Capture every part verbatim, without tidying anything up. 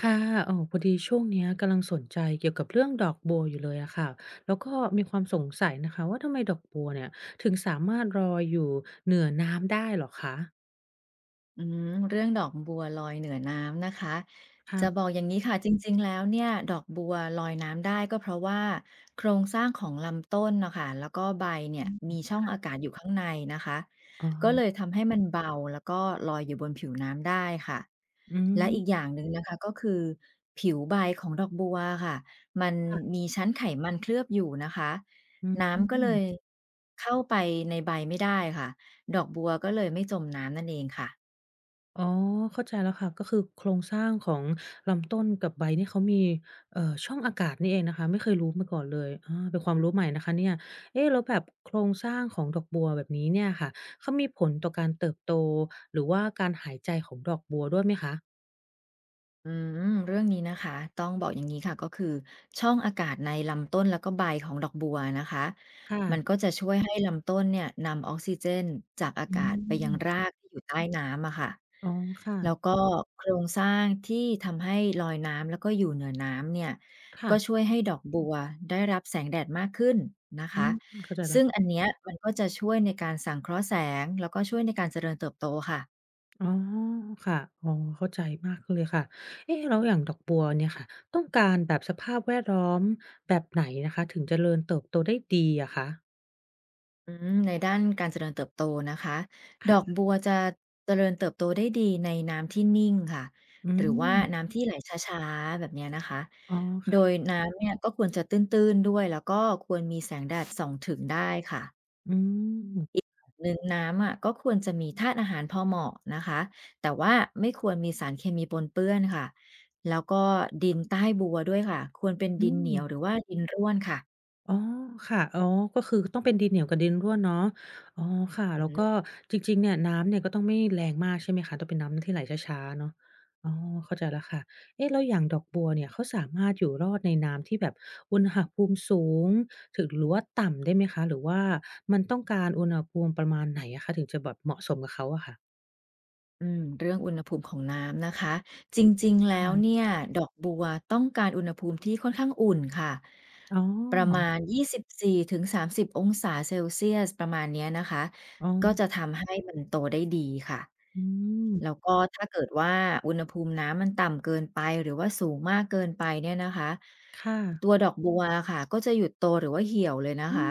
ค่ะเอ่อพอดีช่วงเนี้ยกำลังสนใจเกี่ยวกับเรื่องดอกบัวอยู่เลยอะค่ะ แล้วก็มีความสงสัยนะคะว่าทำไมดอกบัวเนี่ยถึงสามารถลอยอยู่เหนือน้ำได้เหรอคะอืมเรื่องดอกบัวลอยเหนือน้ำนะคะจะบอค่ะกอย่างนี้ค่ะจริงๆแล้วเนี่ยดอกบัวลอยน้ำได้ก็เพราะว่าโครงสร้างของลำต้นเนาะค่ะแล้วก็ใบเนี่ยอืมมีช่องอากาศอยู่ข้างในนะคะอ๋ก็เลยอทำให้มันเบาแล้วก็ลอยอยู่บนผิวน้ำได้ค่ะอืและอีมกอย่างหนึ่งนะคะก็คือผิวใบของดอกบัวค่ะมันค่ะมีชั้นไขมันเคลือบอยู่นะคะอืน้ำก็เลม ยเข้าไปในใบไม่ได้ค่ะดอกบัวก็เลยไม่จมน้ำนั่นเองค่ะ อ๋อเข้าใจแล้วค่ะก็คือโครงสร้างของลำต้นกับใบนี่เขามีเอ่อช่องอากาศนี่เองนะคะไม่เคยรู้มาก่อนเลยอาเป็นความรู้ใหม่นะคะเนี่ยเอ๊ะแล้วแบบโครงสร้างของดอกบัวแบบนี้เนี่ยค่ะเขามีผลต่อการเติบโตหรือว่าการหายใจของดอกบัวด้วยไหมคะอืมเรื่องนี้นะคะต้องบอกอย่างนี้ค่ะก็คือช่องอากาศในลำต้นแล้วก็ใบของดอกบัวนะคะมันก็ค่ะจะช่วยให้ลำต้นเนี่ยนำออกซิเจนจากอาอืกาศไปยังมรากที่อยู่ใต้น้ำอะค่ะอ๋อค่ะแล้วก็โครงสร้างที่ทำให้ลอยน้ำแล้วก็อยู่เหนือน้ำเนี่ยก็ช่ค่ะวยให้ดอกบัวได้รับแสงแดดมากขึ้นนะอืคะมเข้าใจแล้ซึ่ว งอันเนี้ยมันก็จะช่วยในการสังเคราะห์แสงแล้วก็ช่วยในการเจริญเติบโตค่ะ อ๋อค่ะอ๋อเข้าใจมากขึ้นเลยค่ะเอ๊ะแล้วอย่างดอกบัวเนี่ยค่ะต้องการแบบสภาพแวดล้อมแบบไหนนะคะถึงเจริญเติบโตได้ดีอะคะอืมในด้านการเจริญเติบโตนะคะดอกค่ะบัวจะเจริญเติบโตได้ดีในน้ำที่นิ่งค่ะอืหรือว่ามน้ำที่ไหลช้าๆแบบเนี้ยนะคะอ๋อโดยค่ะน้ำเนี่ยก็ควรจะตื้นๆด้วยแล้วก็ควรมีแสงแดดส่องถึงได้ค่ะอืมเนอน้ำอะก็ควรจะมีธาตุอาหารพอเหมาะนะคะแต่ว่าไม่ควรมีสารเคมีปนเปื้อนค่ะแล้วก็ดินใต้บัวด้วยค่ะควรเป็นดิอืนเหม นียวหรือว่าดินร่วนค่ะ อ๋อค่ะอ๋อก็คือต้องเป็นดินเหนียวกับดินร่วนเนาะอ๋อค่ะแล้วก็จริงๆเนี่ยน้ำเนี่ยก็ต้องไม่แรงมากใช่ไหมคะต้องเป็นน้ำที่ไหลช้าๆเนาะอ๋อเข้าใจแล้วค่ะเอ๊ะแล้วอย่างดอกบัวเนี่ยเขาสามารถอยู่รอดในน้ำที่แบบอุณหภูมิสูงถึงหรือว่าต่ำได้ไหมคะหรือว่ามันต้องการอุณหภูมิประมาณไหนอะคะถึงจะแบบเหมาะสมกับเขาอะค่ะอืมเรื่องอุณหภูมิของน้ำนะคะจริงๆแล้วค่ะเนี่ยดอกบัวต้องการอุณหภูมิที่ค่อนข้างอุ่นค่ะอ๋อประมาณยียี่สิบสี่ถึงสามสิบองศาเซลเซียสประมาณเนี้ยนะคะอ๋อก็จะทำให้มันโตได้ดีค่ะอืแล้วมก็ถ้าเกิดว่าอุณหภูมิน้ำมันต่ำเกินไปหรือว่าสูงมากเกินไปเนี่ยนะคะค่ะตัวดอกบัวค่ะก็จะหยุดโตหรือว่าเหี่ยวเลยนะอืคะม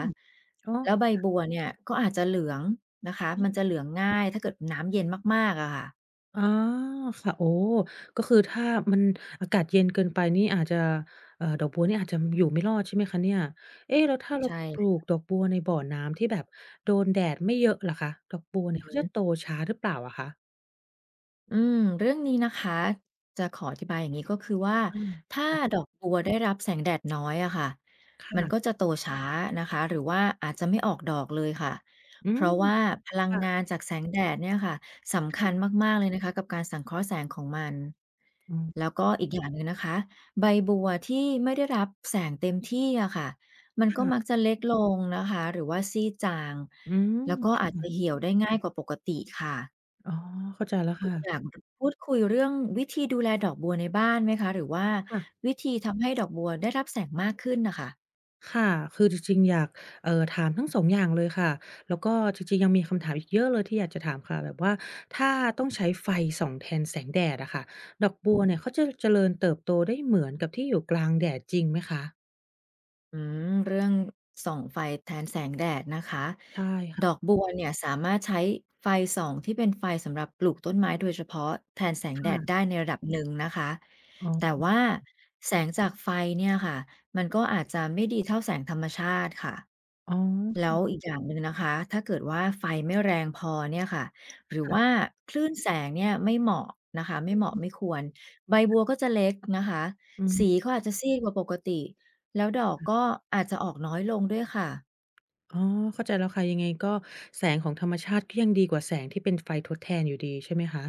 อ๋อ แล้วใบบัวเนี่ยก็อาจจะเหลืองนะคะมันจะเหลืองง่ายถ้าเกิดน้ำเย็นมากๆอะค่ะ อ๋อค่ะโอ้ก็คือถ้ามันอากาศเย็นเกินไปนี่อาจจะเอ่อดอกบัวนี่อาจจะอยู่ไม่รอดใช่ไหมคะเนี่ยเอ๊ะแล้วถ้าเราใช่ปลูกดอกบัวในบ่อน้ำที่แบบโดนแดดไม่เยอะล่ะคะดอกบัวเนี่ยอือเขาฮึจะโตช้าหรือเปล่าอะคะอืมเรื่องนี้นะคะจะขออธิบายอย่างนี้ก็คือว่าอาถ้าดค่ะอกบัวได้รับแสงแดดน้อยอะค่ะมันก็ค่ะจะโตช้านะคะหรือว่าอาจจะไม่ออกดอกเลยค่ะอืเพมราะว่าพลังงานค่ะจากแสงแดดเนี่ยค่ะสำคัญๆมากๆเลยนะคะกับการสังเคราะห์แสงของมันอ๋อแล้วก็อีกอย่างหนึ่งนะคะใบบัวที่ไม่ได้รับแสงเต็มที่อะค่ะมันก็มักค่ะจะเล็กลงนะคะหรือว่าซีดจางอืมแล้วก็อาจจะค่ะเหี่ยวได้ง่ายกว่าปกติค่ะ อ๋อเข้าใจแล้วคุณอยากค่ะพูดคุยเรื่องวิธีดูแลดอกบัวในบ้านไหมคะหรือว่าค่ะ วิธีทำให้ดอกบัวได้รับแสงมากขึ้นน่ะค่ะค่ะคือจริงๆอยากเอ่อถามทั้งสองอย่างเลยค่ะ แล้วก็จริงๆยังมีคำถามอีกเยอะเลยที่อยากจะถามค่ะแบบว่าถ้าต้องใช้ไฟส่องแทนแสงแดดอะค่ะดอกบัวเนี่ยเขาจะเจริญเติบโตได้เหมือนกับที่อยู่กลางแดดจริงไหมคะ อืมเรื่องส่องไฟแทนแสงแดดนะคะใช่ดค่ะอกบัวเนี่ยสามารถใช้ไฟส่องที่เป็นไฟสำหรับปลูกต้นไม้โดยเฉพาะแทนแสงแดดได้ค่ะในระดับหนึ่งนะคะอ๋แต่อว่าแสงจากไฟเนี่ยค่ะมันก็อาจจะไม่ดีเท่าแสงธรรมชาติค่ะ อ๋อแล้วอีกอย่างหนึ่งนะคะ ถ้าเกิดว่าไฟไม่แรงพอเนี่ยค่ะ หรือว่าค่ะคลื่นแสงเนี่ยไม่เหมาะนะคะไม่เหมาะไม่ควรใบบัวก็จะเล็กนะคะ อืมสีก็อาจจะซีดกว่าปกติ แล้วดอกก็อาจจะออกน้อยลงด้วยค่ะอ๋อเข้าใจแล้วค่ะ ยังไงก็แสงของธรรมชาติก็ยังดีกว่าแสงที่เป็นไฟทดแทนอยู่ดีใช่ไหมคะ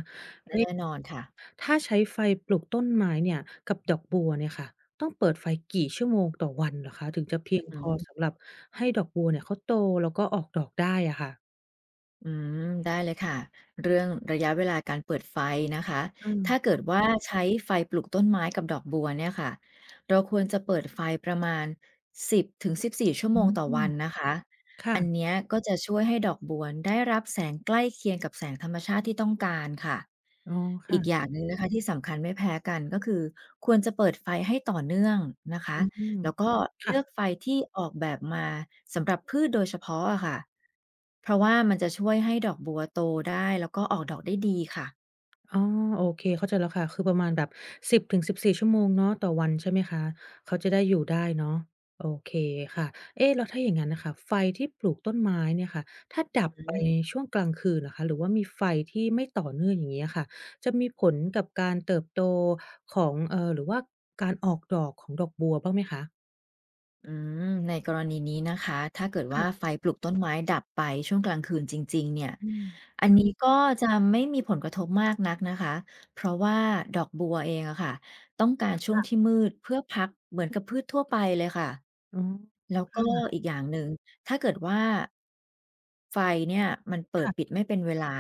แน่นอนค่ะถ้าใช้ไฟปลูกต้นไม้เนี่ยกับดอกบัวเนี่ยค่ะต้องเปิดไฟกี่ชั่วโมงต่อวันเหรอคะถึงจะเพีอืยองฮึ พอสำหรับให้ดอกบัวเนี่ยเขาโตแล้วก็ออกดอกได้อะค่ะอืมได้เลยค่ะเรื่องระยะเวลาการเปิดไฟนะคะถ้าอาเกิดว่าใช้ไฟปลูกต้นไม้กับดอกบัวเนี่ยค่ะเราควรจะเปิดไฟประมาณสิบถึงสิบสี่ชั่วอืโมงต่อมวันนะคะค่ะอันเนี้ยก็จะช่วยให้ดอกบัวได้รับแสงใกล้เคียงกับแสงธรรมชาติที่ต้องการค่ะอ๋ออีกอย่าค่ะงหนึ่งนะคะที่สำคัญไม่แพ้กันก็คือควรจะเปิดไฟให้ต่อเนื่องนะคะ อืมแล้วก็เลือกค่ะ ไฟที่ออกแบบมาสำหรับพืชโดยเฉพาะอะค่ะ เพราะว่ามันจะช่วยให้ดอกบัวโตได้แล้วก็ออกดอกได้ดีค่ะอ๋อโอเคเข้าใจแล้วค่ะคือประมาณแบบสิบถึงสบสี่ชั่วโมงเนาะต่อวันใช่ไหมคะเขาจะได้อยู่ได้เนาะโอเคค่ะเอ๊ะแล้วถ้าอย่างงั้นน่ะค่ะไฟที่ปลูกต้นไม้เนี่ยค่ะถ้าดับอืไปม ช่วงกลางคืนล่ะคะหรือว่ามีไฟที่ไม่ต่อเนื่องอย่างเงี้ยค่ะจะมีผลกับการเติบโตของเอ่อหรือว่าการออกดอกของดอกบัวบ้างไหมคะอืมในกรณีนี้นะคะถ้าเกิดว่าไฟค่ะปลูกต้นไม้ดับไปช่วงกลางคืนจริงๆเนี่ยอืมอันนี้ก็จะไม่มีผลกระทบมากนักนะคะ เพราะว่าดอกบัวเองอะค่ะต้องการช่วงค่ะที่ๆมืดเพื่อพักเหมือนกับพืชทั่วไปเลยค่ะ อ๋อแล้วคก็อีก่ะอย่างหนึ่งถ้าเกิดว่าไฟเนี่ยมันเปิดปิค่ะดไม่เป็นเวลา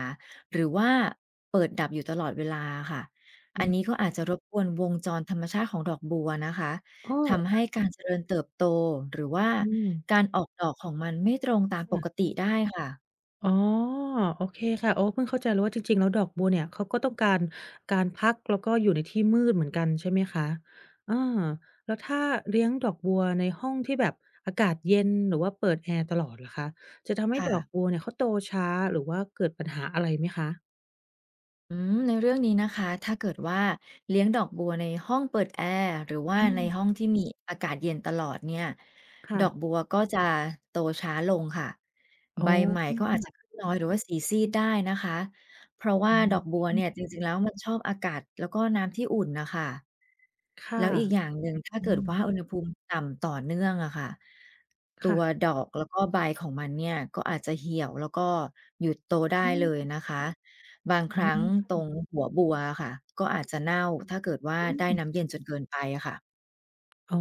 หรือว่าเปิดดับอยู่ตลอดเวลาอค่ะอือันมนี้ก็อาจจะรบกวนวงจรธรรมชาติของดอกบัวนะคะ อ้อทำให้การเจริญเติบโตหรือว่าอืมการออกดอกของมันไม่ตรงตามปค่ะ กติได้ค่ะอ๋อโอเคค่ะโอ้เพิ่งเข้าใจเลยวว่าจริงๆแล้วดอกบัวเนี่ยเขาก็ต้องการการพักแล้วก็อยู่ในที่มืดเหมือนกันใช่ไหมคะอาแล้วถ้าเลี้ยงดอกบัวในห้องที่แบบอากาศเย็นหรือว่าเปิดแอร์ตลอดล่ะคะจะทำให้ดค่ะอกบัวเนี่ยเขาโตช้าหรือว่าเกิดปัญหาอะไรไหมคะอืมในเรื่องนี้นะคะถ้าเกิดว่าเลี้ยงดอกบัวในห้องเปิดแอร์หรือว่าในห้ออางที่มีอากาศเย็นตลอดเนี่ยดอกค่ะบัวก็จะโตช้าลงค่ะอ๋อใบใหม่ค่ก็อาจจะะขึ้นน้อยหรือว่าสีซีดได้นะคะเพราะว่าอืดอกบัวเนี่ยมจริงๆแล้วมันชอบอากาศแล้วก็น้ำที่อุ่นนะคะ ค่ะแล้วอีกอย่างหนึ่งถ้าอืเกิดมว่าอุณหภูมิต่ำต่อเนื่องอะค่ะตัค่ะวดอกแล้วก็ใบของมันเนี่ยก็อาจจะเหี่ยวแล้วก็หยุดโตได้อืเลยมนะคะบางคอ๋อรั้งตรงหัวบัวอะค่ะก็อาจจะเน่าถ้าเกิดว่าได้อืม น้ำเย็นจนเกินไปอะค่ะอ๋อ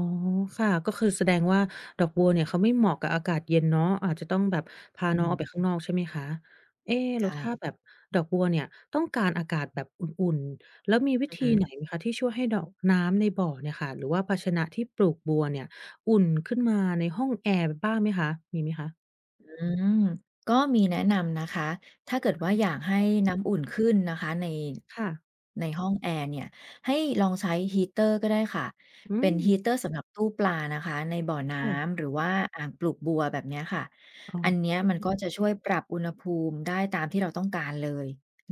ค่ะก็คือแสดงว่าดอกบัวเนี่ยเขาไม่เหมาะกับอากาศเย็นเนาะอาจจะต้องแบบพาอืน้องออมกไปข้างนอกใช่ไหมคะเอ๊แล้วถ้าค่ะแบบดอกบัวเนี่ยต้องการอากาศแบบอุ่นๆแล้วมีวิอือธีฮึ ไหนไหมคะที่ช่วยให้ดอกน้ำในบ่อเนี่ยค่ะหรือว่าภาชนะที่ปลูกบัวเนี่ยอุ่นขึ้นมาในห้องแอร์บ้างไหมคะมีไหมคะอืมก็มีแนะนำนะคะ ถ้าเกิดว่าอยากให้น้ำอุ่นขึ้นนะคะในค่ะในห้องแอร์เนี่ย ให้ลองใช้ฮีตเตอร์ก็ได้ค่ะ อืเป็มนฮีตเตอร์สำหรับตู้ปลานะคะในบ่อน้ค่ะำหรือว่าอ่างปลูกบัวแบบเนี้ยค่ะ อ๋อันอเนี้ยมันก็จะช่วยปรับอุณหภูมิได้ตามที่เราต้องการเลย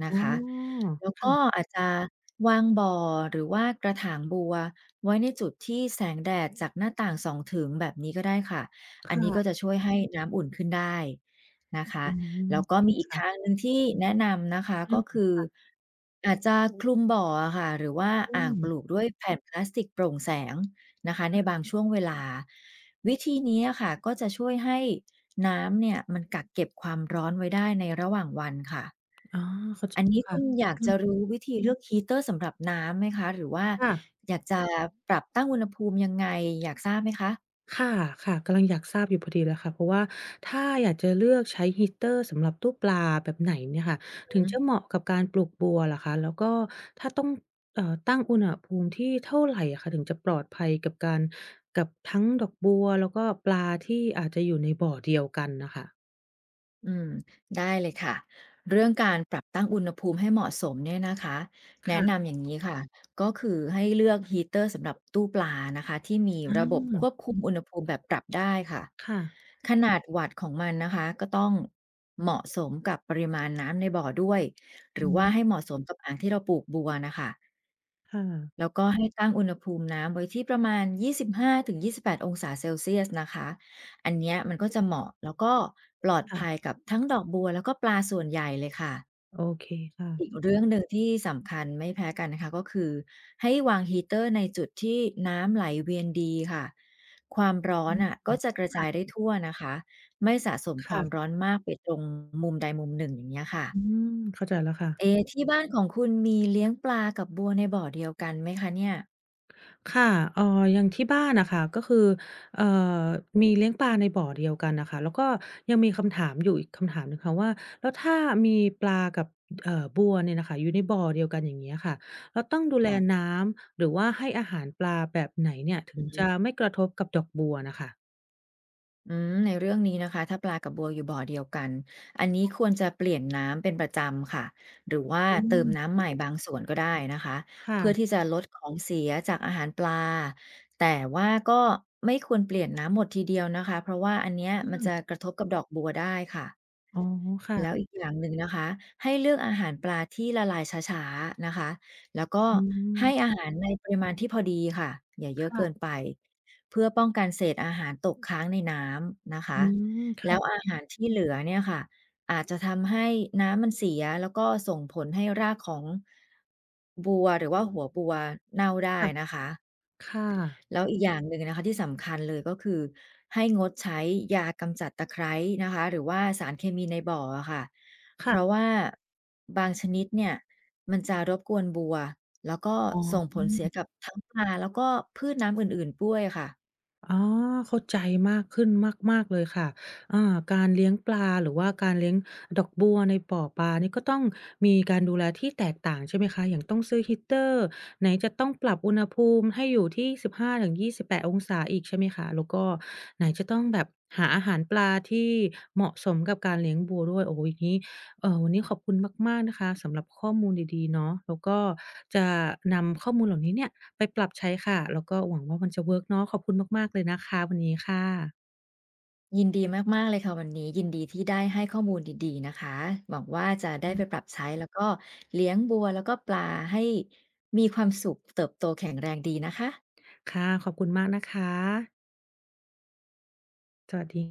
นะอ๋คะ อแล้วก็ค่ะอาจจะวางบ่อหรือว่ากระถางบัวไว้ในจุดที่แสงแดดจากหน้าต่างส่องถึงแบบนี้ก็ได้ค่ะ อันนี้ก็จะค่ะช่วยให้น้ำอุ่นขึ้นได้นะคะอืมแล้วก็โอเคมีอีกทางค่ะหนึ่งที่แนะนำนะคะอืก็คืออาจจะคลุมบ่ออะค่ะหรือว่ามอ่างปๆลูกด้วยแผ่นพลาสติกโปร่งแสงนะคะในบางช่วงเวลาวิธีนี้อะค่ะก็จะช่วยให้น้ำเนี่ยมันกักเก็บความร้อนไว้ได้ในระหว่างวันค่ะอ๋อเข้าใจอันแล้วนี้ค่ะคุณอยากอืจะมรู้วิธีเลือกฮีตเตอร์สำหรับน้ำไหมคะหรือว่าค่ะ อยากจะปรับตั้งอุณหภูมิยังไงอยากทราบไหมคะค่ะค่ะกำลังอยากทราบอยู่พอดีเลยค่ะเพราะว่าถ้าอยากจะเลือกใช้ h เต t e r สำหรับตู้ปลาแบบไหนเนี่ยค่ะถึงอืม จะเหมาะกับการปลูกบัวล่ะคะแล้วก็ถ้าต้องเอ่อตั้งอุณหภูมิที่เท่าไรอะคะถึงจะปลอดภัยกับการกับทั้งดอกบัวแล้วก็ปลาที่อาจจะอยู่ในบ่อเดียวกันน่ะค่ะอืมได้เลยค่ะเรื่องการปรับตั้งอุณหภูมิให้เหมาะสมเนี่ยนะคะแนะค่ะนำอย่างนี้ค่ะก็คือให้เลือกฮีเตอร์สำหรับตู้ปลานะคะที่มีระบบอาควบคุมอุณหภูมิแบบปรับได้ค่ะค่ะขนาดวัตต์ของมันนะคะก็ต้องเหมาะสมกับปริมาณน้ำในบ่อด้วยหรือือว่าให้มเหมาะสมกับอ่างที่เราปลูกบัวนะคะ ค่ะแล้วก็ให้ตั้งอุณหภูมิน้ำไว้ที่ประมาณยี่สิบห้าถึงยี่สิบแปดองศาเซลเซียสนะคะ อันเนี้ยมันก็จะเหมาะแล้วก็ปลอดภัยค่ะกับทั้งดอกบัวแล้วก็ปลาส่วนใหญ่เลยค่ะ โอเคค่ะอีกเรื่องหนึ่งที่สำคัญไม่แพ้กันนะคะก็คือให้วางฮีเตอร์ในจุดที่น้ำไหลเวียนดีค่ะ ความร้ออืนมอ่ะก็จะกระจาค่ะยได้ทั่วนะคะ ไม่สะสมความร้ค่ะอนมากไปตรงมุมใดมุมหนึ่งอย่างเงี้ยค่ะอืมเข้าใจแล้วค่ะ เอะที่บ้านของคุณมีเลี้ยงปลากับบัวในบ่อเดียวกันไหมคะเนี่ยค่ะเอ่ออย่างที่บ้านน่ะค่ะก็คือเอ่อมีเลี้ยงปลาในบ่อเดียวกันน่ะค่ะแล้วก็ยังมีคำถามอยู่อีกคำถามหนึ่งค่ะว่าแล้วถ้ามีปลากับเอ่อบัวเนี่ยน่ะค่ะอยู่ในบ่อเดียวกันอย่างเงี้ยค่ะเราต้องดูแลค่ะ น้ำหรือว่าให้อาหารปลาแบบไหนเนี่ยถึงจะไม่กระทบกับดอกบัวน่ะค่ะอืมในเรื่องนี้นะคะถ้าปลากับบัวอยู่บ่อเดียวกันอันนี้ควรจะเปลี่ยนน้ำเป็นประจำค่ะหรือว่าอืเติมมน้ำใหม่บางส่วนก็ได้นะคะเพื่อค่ะที่จะลดของเสียจากอาหารปลาแต่ว่าก็ไม่ควรเปลี่ยนน้ำหมดทีเดียวนะคะเพราะว่าอันเนี้ยมันจะอากระทบกับดอกบัวได้ค่ะ อ๋อแล้วค่ะอีกอย่างหนึ่งนะคะให้เลือกอาหารปลาที่ละลายช้าๆนะคะแล้วก็อืให้อามหารในปริมาณที่พอดีค่ะอย่าเยอะเกินค่ะไปเพื่อป้องกันเศษอาหารตกค้างในน้ำนะอืคะมแล้วค่ะอาหารที่เหลือเนี่ยค่ะอาจจะทำให้น้ำมันเสียแล้วก็ส่งผลให้รากของบัวหรือว่าหัวบัวเน่าได้นะคะ ๆค่ะแล้วอีกอย่างหนึ่งนะคะที่สำคัญเลยก็คือให้งดใช้ยากำจัดตะไคร้นะคะหรือว่าสารเคมีในบ่ออะค่ะเพราะค่ะว่าบางชนิดเนี่ยมันจะรบกวนบัวแล้วก็อ๋ส่งผลเสียอ กับทั้งปลาแล้วก็พืชน้ำอื่นๆด้วยค่ะอ๋อเข้าใจมากขึ้นมากๆเลยค่ะอ่าการเลี้ยงปลาหรือว่าการเลี้ยงดอกบัวในบ่อปลานี่ก็ต้องมีการดูแลที่แตกต่างใช่ไหมคะอย่างต้องซื้อ heater ไหนจะต้องปรับอุณหภูมิให้อยู่ที่สิบห้าถึงยี่สิบแปดองศาอีกใช่ไหมคะแล้วก็ไหนจะต้องแบบหาอาหารปลาที่เหมาะสมกับการเลี้ยงบัวด้วยโอ้โฮอย่างงี้ เอ่อวันนี้ขอบคุณมากๆนะคะสำหรับข้อมูลดีๆเนาะแล้วก็จะนำข้อมูลเหล่านี้เนี่ยไปปรับใช้ค่ะแล้วก็หวังว่ามันจะเวิร์กเนาะขอบคุณมากๆเลยนะคะวันนี้ค่ะยินดีมากๆเลยค่ะวันนี้ยินดีที่ได้ให้ข้อมูลดีๆนะคะหวังว่าจะได้ไปปรับใช้แล้วก็เลี้ยงบัวแล้วก็ปลาให้มีความสุขเติบโตแข็งแรงดีนะคะค่ะขอบคุณมากนะคะสวัสดี